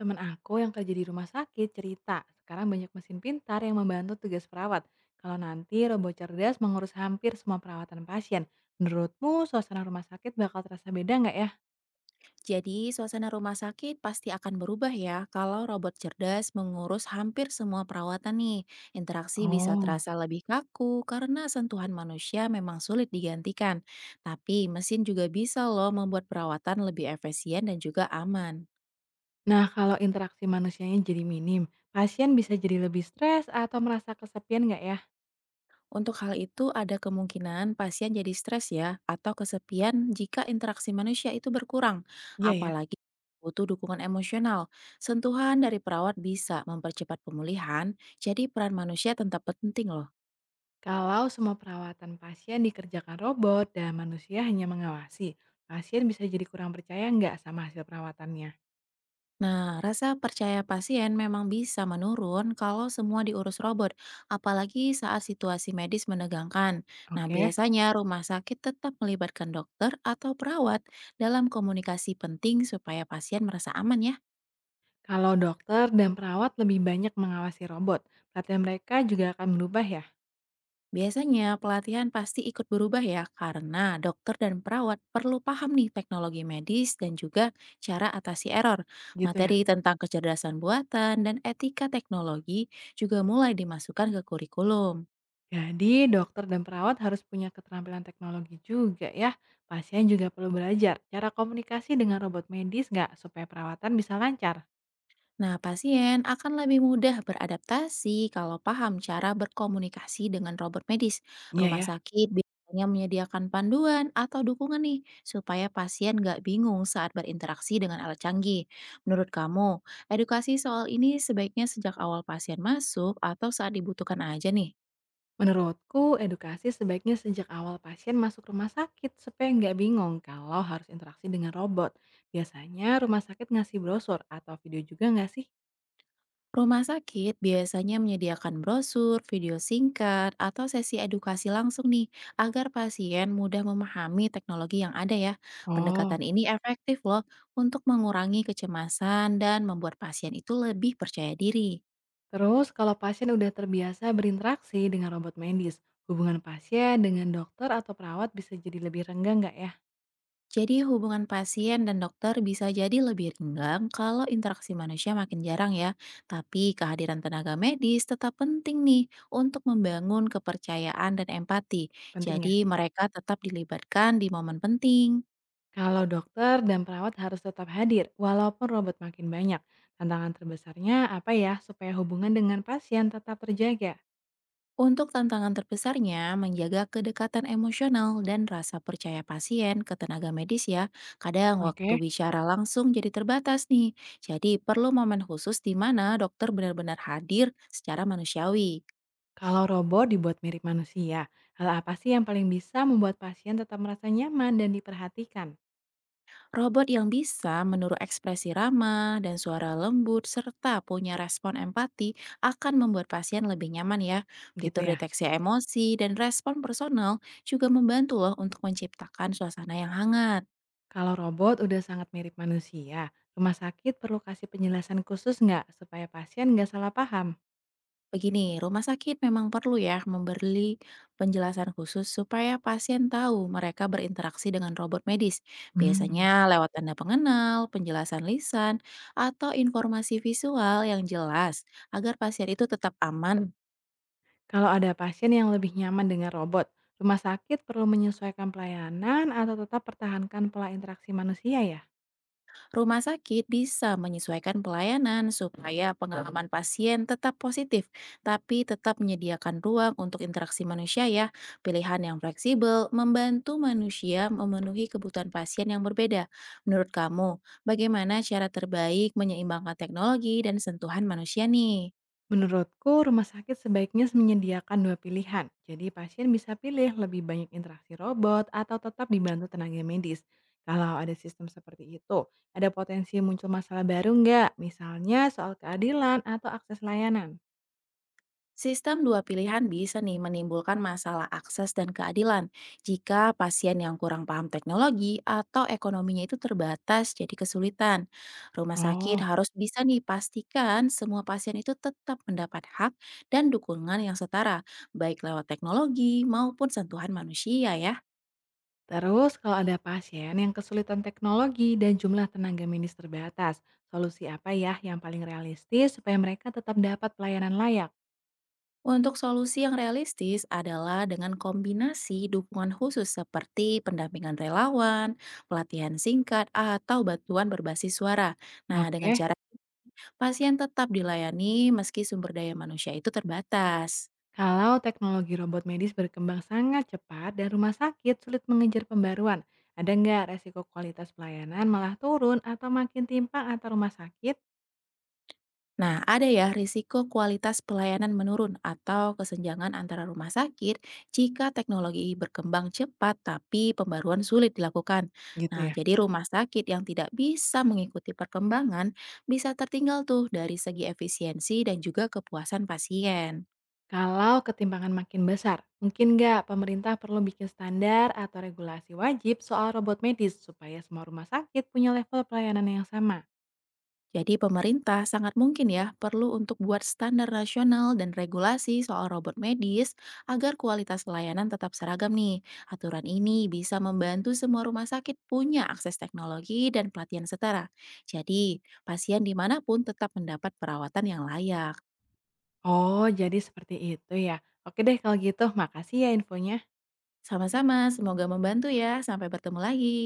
Teman aku yang kerja di rumah sakit cerita, sekarang banyak mesin pintar yang membantu tugas perawat. Kalau nanti robot cerdas mengurus hampir semua perawatan pasien, menurutmu suasana rumah sakit bakal terasa beda nggak ya? Jadi, suasana rumah sakit pasti akan berubah ya kalau robot cerdas mengurus hampir semua perawatan nih. Interaksi bisa Oh. terasa lebih kaku karena sentuhan manusia memang sulit digantikan. Tapi mesin juga bisa loh membuat perawatan lebih efisien dan juga aman. Nah, kalau interaksi manusianya jadi minim, pasien bisa jadi lebih stres atau merasa kesepian nggak ya? Untuk hal itu, ada kemungkinan pasien jadi stres ya, atau kesepian jika interaksi manusia itu berkurang, Iya ya. apalagi butuh dukungan emosional. Sentuhan dari perawat bisa mempercepat pemulihan, jadi peran manusia tetap penting loh. Kalau semua perawatan pasien dikerjakan robot dan manusia hanya mengawasi, pasien bisa jadi kurang percaya nggak sama hasil perawatannya? Nah, rasa percaya pasien memang bisa menurun kalau semua diurus robot, apalagi saat situasi medis menegangkan. Nah, Oke. biasanya rumah sakit tetap melibatkan dokter atau perawat dalam komunikasi penting supaya pasien merasa aman ya. Kalau dokter dan perawat lebih banyak mengawasi robot, pelatihan mereka juga akan berubah ya? Biasanya pelatihan pasti ikut berubah ya karena dokter dan perawat perlu paham nih teknologi medis dan juga cara atasi error. Gitu ya. Materi tentang kecerdasan buatan dan etika teknologi juga mulai dimasukkan ke kurikulum. Jadi dokter dan perawat harus punya keterampilan teknologi juga ya. Pasien juga perlu belajar cara komunikasi dengan robot medis nggak supaya perawatan bisa lancar. Nah, pasien akan lebih mudah beradaptasi kalau paham cara berkomunikasi dengan robot medis. Iya Rumah ya. sakit biasanya menyediakan panduan atau dukungan nih, supaya pasien nggak bingung saat berinteraksi dengan alat canggih. Menurut kamu, edukasi soal ini sebaiknya sejak awal pasien masuk atau saat dibutuhkan aja nih? Menurutku, edukasi sebaiknya sejak awal pasien masuk rumah sakit supaya nggak bingung kalau harus interaksi dengan robot. Biasanya rumah sakit ngasih brosur atau video juga nggak sih? Rumah sakit biasanya menyediakan brosur, video singkat, atau sesi edukasi langsung nih, agar pasien mudah memahami teknologi yang ada ya. Oh. Pendekatan ini efektif loh untuk mengurangi kecemasan dan membuat pasien itu lebih percaya diri. Terus, kalau pasien udah terbiasa berinteraksi dengan robot medis, hubungan pasien dengan dokter atau perawat bisa jadi lebih renggang nggak ya? Jadi hubungan pasien dan dokter bisa jadi lebih renggang kalau interaksi manusia makin jarang ya. Tapi kehadiran tenaga medis tetap penting nih untuk membangun kepercayaan dan empati. Penting ya? Jadi mereka tetap dilibatkan di momen penting. Kalau dokter dan perawat harus tetap hadir, walaupun robot makin banyak. Tantangan terbesarnya apa ya supaya hubungan dengan pasien tetap terjaga? Untuk tantangan terbesarnya, menjaga kedekatan emosional dan rasa percaya pasien ke tenaga medis ya. Kadang waktu Oke. bicara langsung jadi terbatas nih. Jadi perlu momen khusus di mana dokter benar-benar hadir secara manusiawi. Kalau robot dibuat mirip manusia, hal apa sih yang paling bisa membuat pasien tetap merasa nyaman dan diperhatikan? Robot yang bisa meniru ekspresi ramah dan suara lembut serta punya respon empati akan membuat pasien lebih nyaman ya. Gitu Fitur ya. deteksi emosi dan respon personal juga membantu loh untuk menciptakan suasana yang hangat. Kalau robot udah sangat mirip manusia, rumah sakit perlu kasih penjelasan khusus nggak supaya pasien nggak salah paham? Begini, rumah sakit memang perlu ya memberi penjelasan khusus supaya pasien tahu mereka berinteraksi dengan robot medis. Hmm. Biasanya lewat tanda pengenal, penjelasan lisan, atau informasi visual yang jelas agar pasien itu tetap aman. Kalau ada pasien yang lebih nyaman dengan robot, rumah sakit perlu menyesuaikan pelayanan atau tetap pertahankan pola interaksi manusia ya? Rumah sakit bisa menyesuaikan pelayanan supaya pengalaman pasien tetap positif, tapi tetap menyediakan ruang untuk interaksi manusia ya. Pilihan yang fleksibel membantu manusia memenuhi kebutuhan pasien yang berbeda. Menurut kamu, bagaimana cara terbaik menyeimbangkan teknologi dan sentuhan manusia nih? Menurutku, rumah sakit sebaiknya menyediakan dua pilihan. Jadi pasien bisa pilih lebih banyak interaksi robot atau tetap dibantu tenaga medis. Kalau ada sistem seperti itu, ada potensi muncul masalah baru nggak? Misalnya soal keadilan atau akses layanan. Sistem dua pilihan bisa nih menimbulkan masalah akses dan keadilan jika pasien yang kurang paham teknologi atau ekonominya itu terbatas jadi kesulitan. Rumah Oh. sakit harus bisa nih pastikan semua pasien itu tetap mendapat hak dan dukungan yang setara, baik lewat teknologi maupun sentuhan manusia ya. Terus kalau ada pasien yang kesulitan teknologi dan jumlah tenaga medis terbatas, solusi apa ya yang paling realistis supaya mereka tetap dapat pelayanan layak? Untuk solusi yang realistis adalah dengan kombinasi dukungan khusus seperti pendampingan relawan, pelatihan singkat, atau bantuan berbasis suara. Nah, dengan Oke. cara pasien tetap dilayani meski sumber daya manusia itu terbatas. Kalau teknologi robot medis berkembang sangat cepat dan rumah sakit sulit mengejar pembaruan, ada nggak resiko kualitas pelayanan malah turun atau makin timpang antar rumah sakit? Nah, ada ya risiko kualitas pelayanan menurun atau kesenjangan antara rumah sakit jika teknologi berkembang cepat tapi pembaruan sulit dilakukan. Gitu Nah, ya. jadi rumah sakit yang tidak bisa mengikuti perkembangan bisa tertinggal tuh dari segi efisiensi dan juga kepuasan pasien. Kalau ketimpangan makin besar, mungkin nggak pemerintah perlu bikin standar atau regulasi wajib soal robot medis supaya semua rumah sakit punya level pelayanan yang sama? Jadi pemerintah sangat mungkin ya perlu untuk buat standar nasional dan regulasi soal robot medis agar kualitas layanan tetap seragam nih. Aturan ini bisa membantu semua rumah sakit punya akses teknologi dan pelatihan setara. Jadi pasien dimanapun tetap mendapat perawatan yang layak. Oh, jadi seperti itu ya. Oke deh kalau gitu, makasih ya infonya. Sama-sama, semoga membantu ya. Sampai bertemu lagi.